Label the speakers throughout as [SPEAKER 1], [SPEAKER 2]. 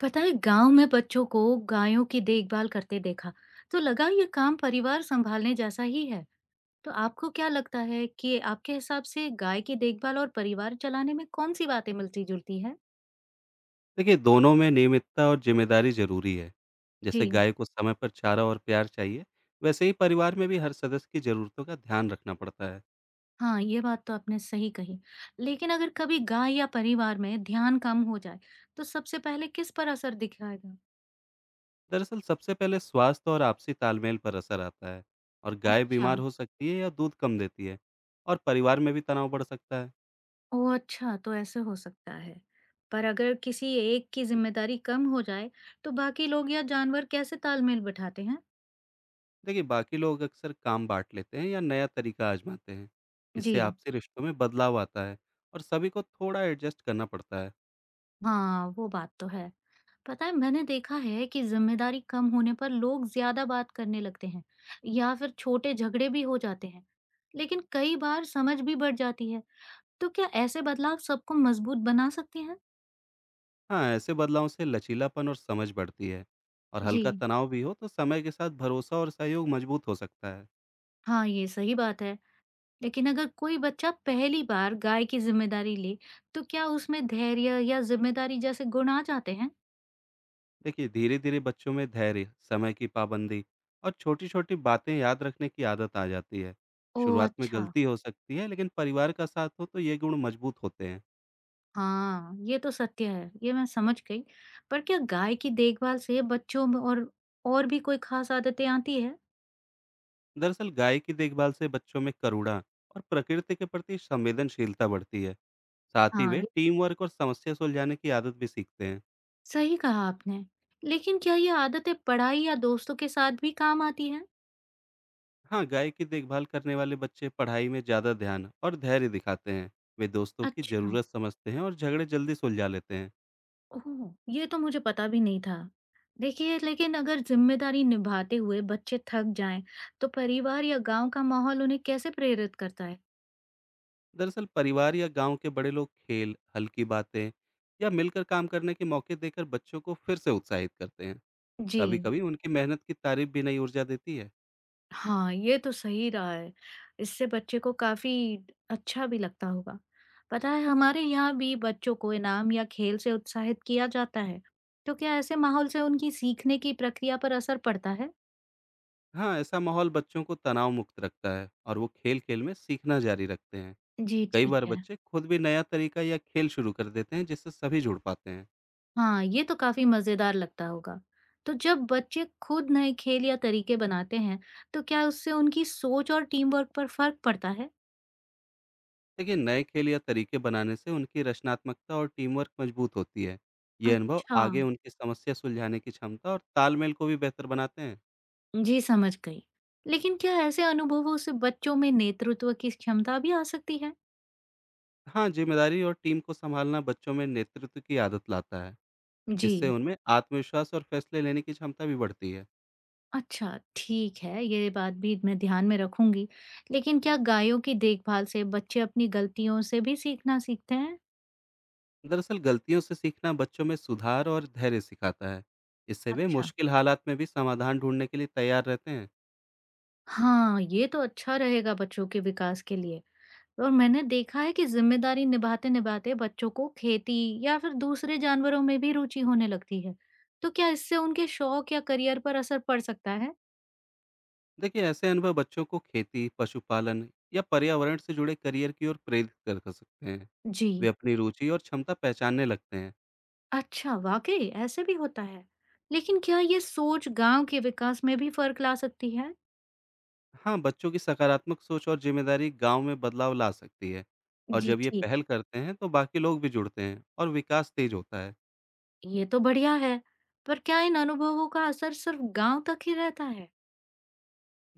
[SPEAKER 1] पता है गांव में बच्चों को गायों की देखभाल करते देखा तो लगा ये काम परिवार संभालने जैसा ही है। तो आपको क्या लगता है कि आपके हिसाब से गाय की देखभाल और परिवार चलाने में कौन सी बातें मिलती जुलती है?
[SPEAKER 2] देखिए, दोनों में नियमितता और ज़िम्मेदारी ज़रूरी है।
[SPEAKER 1] जी।
[SPEAKER 2] जैसे गाय को समय पर चारा और प्यार चाहिए, वैसे ही परिवार में भी हर सदस्य की ज़रूरतों का ध्यान रखना पड़ता है।
[SPEAKER 1] हाँ ये बात तो आपने सही कही। लेकिन अगर कभी गाय या परिवार में ध्यान कम हो जाए तो सबसे पहले किस पर असर दिखाएगा?
[SPEAKER 2] दरअसल सबसे पहले स्वास्थ्य और आपसी तालमेल पर असर आता है। और गाय
[SPEAKER 1] अच्छा।
[SPEAKER 2] बीमार हो सकती है या दूध कम देती है और परिवार में भी तनाव बढ़ सकता है।
[SPEAKER 1] ओ अच्छा, तो ऐसे हो सकता है। पर अगर किसी एक की जिम्मेदारी कम हो जाए तो बाकी लोग या जानवर कैसे तालमेल बिठाते हैं?
[SPEAKER 2] देखिए, बाकी लोग अक्सर काम बाँट लेते हैं या नया तरीका आज़माते हैं। इससे
[SPEAKER 1] जी,
[SPEAKER 2] आपसी रिश्तों में बदलाव आता है और सभी को थोड़ा एडजस्ट करना पड़ता है।
[SPEAKER 1] हाँ, वो बात तो है। पता है मैंने देखा है कि ज़िम्मेदारी कम होने पर लोग ज़्यादा बात करने लगते हैं या फिर छोटे झगड़े भी हो जाते हैं। लेकिन कई बार समझ भी बढ़ जाती है। तो क्या ऐसे बदलाव सबको मजबूत बना सकते हैं?
[SPEAKER 2] हाँ, ऐसे बदलावों से लचीलापन और समझ बढ़ती है और
[SPEAKER 1] जी,
[SPEAKER 2] हल्का तनाव भी हो तो समय के साथ भरोसा और सहयोग मजबूत हो सकता है।
[SPEAKER 1] हाँ, ये सही बात है। लेकिन अगर कोई बच्चा पहली बार गाय की ज़िम्मेदारी ले, तो क्या उसमें धैर्य या ज़िम्मेदारी जैसे गुण आ जाते हैं?
[SPEAKER 2] देखिए, धीरे धीरे बच्चों में धैर्य, समय की पाबंदी और छोटी छोटी बातें याद रखने की आदत आ जाती है।
[SPEAKER 1] ओह!
[SPEAKER 2] शुरुआत में
[SPEAKER 1] अच्छा।
[SPEAKER 2] गलती हो सकती है लेकिन परिवार का साथ हो तो ये गुण मजबूत होते हैं।
[SPEAKER 1] हाँ, ये तो सत्य है, ये मैं समझ गई। पर क्या गाय की देखभाल से बच्चों में और भी कोई खास आदतें आती है?
[SPEAKER 2] दरअसल गाय की देखभाल से बच्चों में करुणा और प्रकृति के प्रति संवेदनशीलता बढ़ती है। साथ ही
[SPEAKER 1] हाँ,
[SPEAKER 2] वे
[SPEAKER 1] ये
[SPEAKER 2] टीम वर्क और समस्या सुलझाने की आदत भी सीखते हैं।
[SPEAKER 1] सही कहा आपने। लेकिन क्या ये आदतें पढ़ाई या दोस्तों के साथ भी काम आती हैं?
[SPEAKER 2] हाँ, गाय की देखभाल करने वाले बच्चे पढ़ाई में ज़्यादा ध्यान और धैर्य दिखाते हैं। वे दोस्तों की
[SPEAKER 1] अच्छा,
[SPEAKER 2] ज़रूरत समझते हैं और झगड़े जल्दी सुलझा लेते हैं।
[SPEAKER 1] ओह! ये तो मुझे पता भी नहीं था। देखिए, लेकिन अगर जिम्मेदारी निभाते हुए बच्चे थक जाएं, तो परिवार या गांव का माहौल उन्हें कैसे प्रेरित करता है?
[SPEAKER 2] दरअसल परिवार या गांव के बड़े लोग खेल, हल्की बातें या मिलकर काम करने के मौके देकर बच्चों को फिर से उत्साहित करते हैं।
[SPEAKER 1] जी।
[SPEAKER 2] कभी-कभी उनकी मेहनत की तारीफ भी नई ऊर्जा देती है।
[SPEAKER 1] हाँ, ये तो सही रहा है। इससे बच्चे को काफ़ी अच्छा भी लगता होगा। पता है हमारे यहाँ भी बच्चों को इनाम या खेल से उत्साहित किया जाता है। तो क्या ऐसे माहौल से उनकी सीखने की प्रक्रिया पर असर पड़ता है?
[SPEAKER 2] हाँ, ऐसा माहौल बच्चों को तनाव मुक्त रखता है और वो खेल-खेल में सीखना जारी रखते हैं।
[SPEAKER 1] जी
[SPEAKER 2] कई
[SPEAKER 1] ठीक
[SPEAKER 2] बार
[SPEAKER 1] है।
[SPEAKER 2] बच्चे खुद भी नया तरीका या खेल शुरू कर देते हैं जिससे सभी जुड़ पाते हैं।
[SPEAKER 1] हाँ, ये तो काफ़ी मज़ेदार लगता होगा। तो जब बच्चे खुद नए खेल या तरीके बनाते हैं, तो क्या उससे उनकी सोच और टीम वर्क पर फर्क पड़ता है?
[SPEAKER 2] देखिए, नए खेल या तरीके बनाने से उनकी रचनात्मकता और टीम वर्क मजबूत होती है। ये अनुभव
[SPEAKER 1] अच्छा।
[SPEAKER 2] आगे उनकी समस्या सुलझाने की क्षमता और तालमेल को भी बेहतर बनाते हैं।
[SPEAKER 1] जी, समझ गई। लेकिन क्या ऐसे अनुभवों से बच्चों में नेतृत्व की क्षमता भी आ सकती है?
[SPEAKER 2] हाँ, जिम्मेदारी और टीम को संभालना बच्चों में नेतृत्व की आदत लाता है।
[SPEAKER 1] जी,
[SPEAKER 2] इससे उनमें आत्मविश्वास और फैसले लेने की क्षमता भी बढ़ती है।
[SPEAKER 1] अच्छा, ठीक है, ये बात भी मैं ध्यान में रखूंगी। लेकिन क्या गायों की देखभाल से बच्चे अपनी गलतियों से भी सीखना सीखते हैं?
[SPEAKER 2] दरअसल गलतियों से सीखना बच्चों में सुधार और धैर्य सिखाता है। इससे वे
[SPEAKER 1] अच्छा,
[SPEAKER 2] मुश्किल हालात में भी समाधान ढूंढने के लिए तैयार रहते हैं।
[SPEAKER 1] हाँ, ये तो अच्छा रहेगा बच्चों के विकास के लिए। और मैंने देखा है कि जिम्मेदारी निभाते-निभाते बच्चों को खेती या फिर दूसरे जानवरों में भी रुचि होने लगती है। तो क्या इससे उनके शौक या करियर पर असर पड़ सकता है?
[SPEAKER 2] देखिए, ऐसे अनुभव बच्चों को खेती, पशुपालन या पर्यावरण से जुड़े करियर की ओर प्रेरित कर कर सकते हैं। वे
[SPEAKER 1] जी।
[SPEAKER 2] अपनी रुचि और क्षमता पहचानने लगते हैं।
[SPEAKER 1] अच्छा, वाक़ई ऐसे भी होता है। लेकिन क्या ये सोच गाँव के विकास में भी फ़र्क ला सकती है?
[SPEAKER 2] हाँ, बच्चों की सकारात्मक सोच और जिम्मेदारी गांव में बदलाव ला सकती है। और
[SPEAKER 1] जी,
[SPEAKER 2] जब ये
[SPEAKER 1] ठीक।
[SPEAKER 2] पहल करते हैं तो बाकी लोग भी जुड़ते हैं और विकास तेज होता है।
[SPEAKER 1] ये तो बढ़िया है, पर क्या इन अनुभवों का असर सिर्फ़ गाँव तक ही रहता है?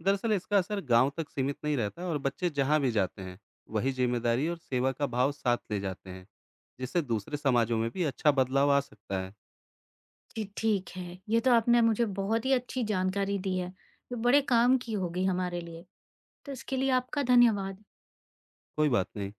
[SPEAKER 2] दरअसल इसका असर गांव तक सीमित नहीं रहता और बच्चे जहां भी जाते हैं वही जिम्मेदारी और सेवा का भाव साथ ले जाते हैं, जिससे दूसरे समाजों में भी अच्छा बदलाव आ सकता है।
[SPEAKER 1] जी, ठीक है। ये तो आपने मुझे बहुत ही अच्छी जानकारी दी है, जो बड़े काम की होगी हमारे लिए। तो इसके लिए आपका धन्यवाद।
[SPEAKER 2] कोई बात नहीं।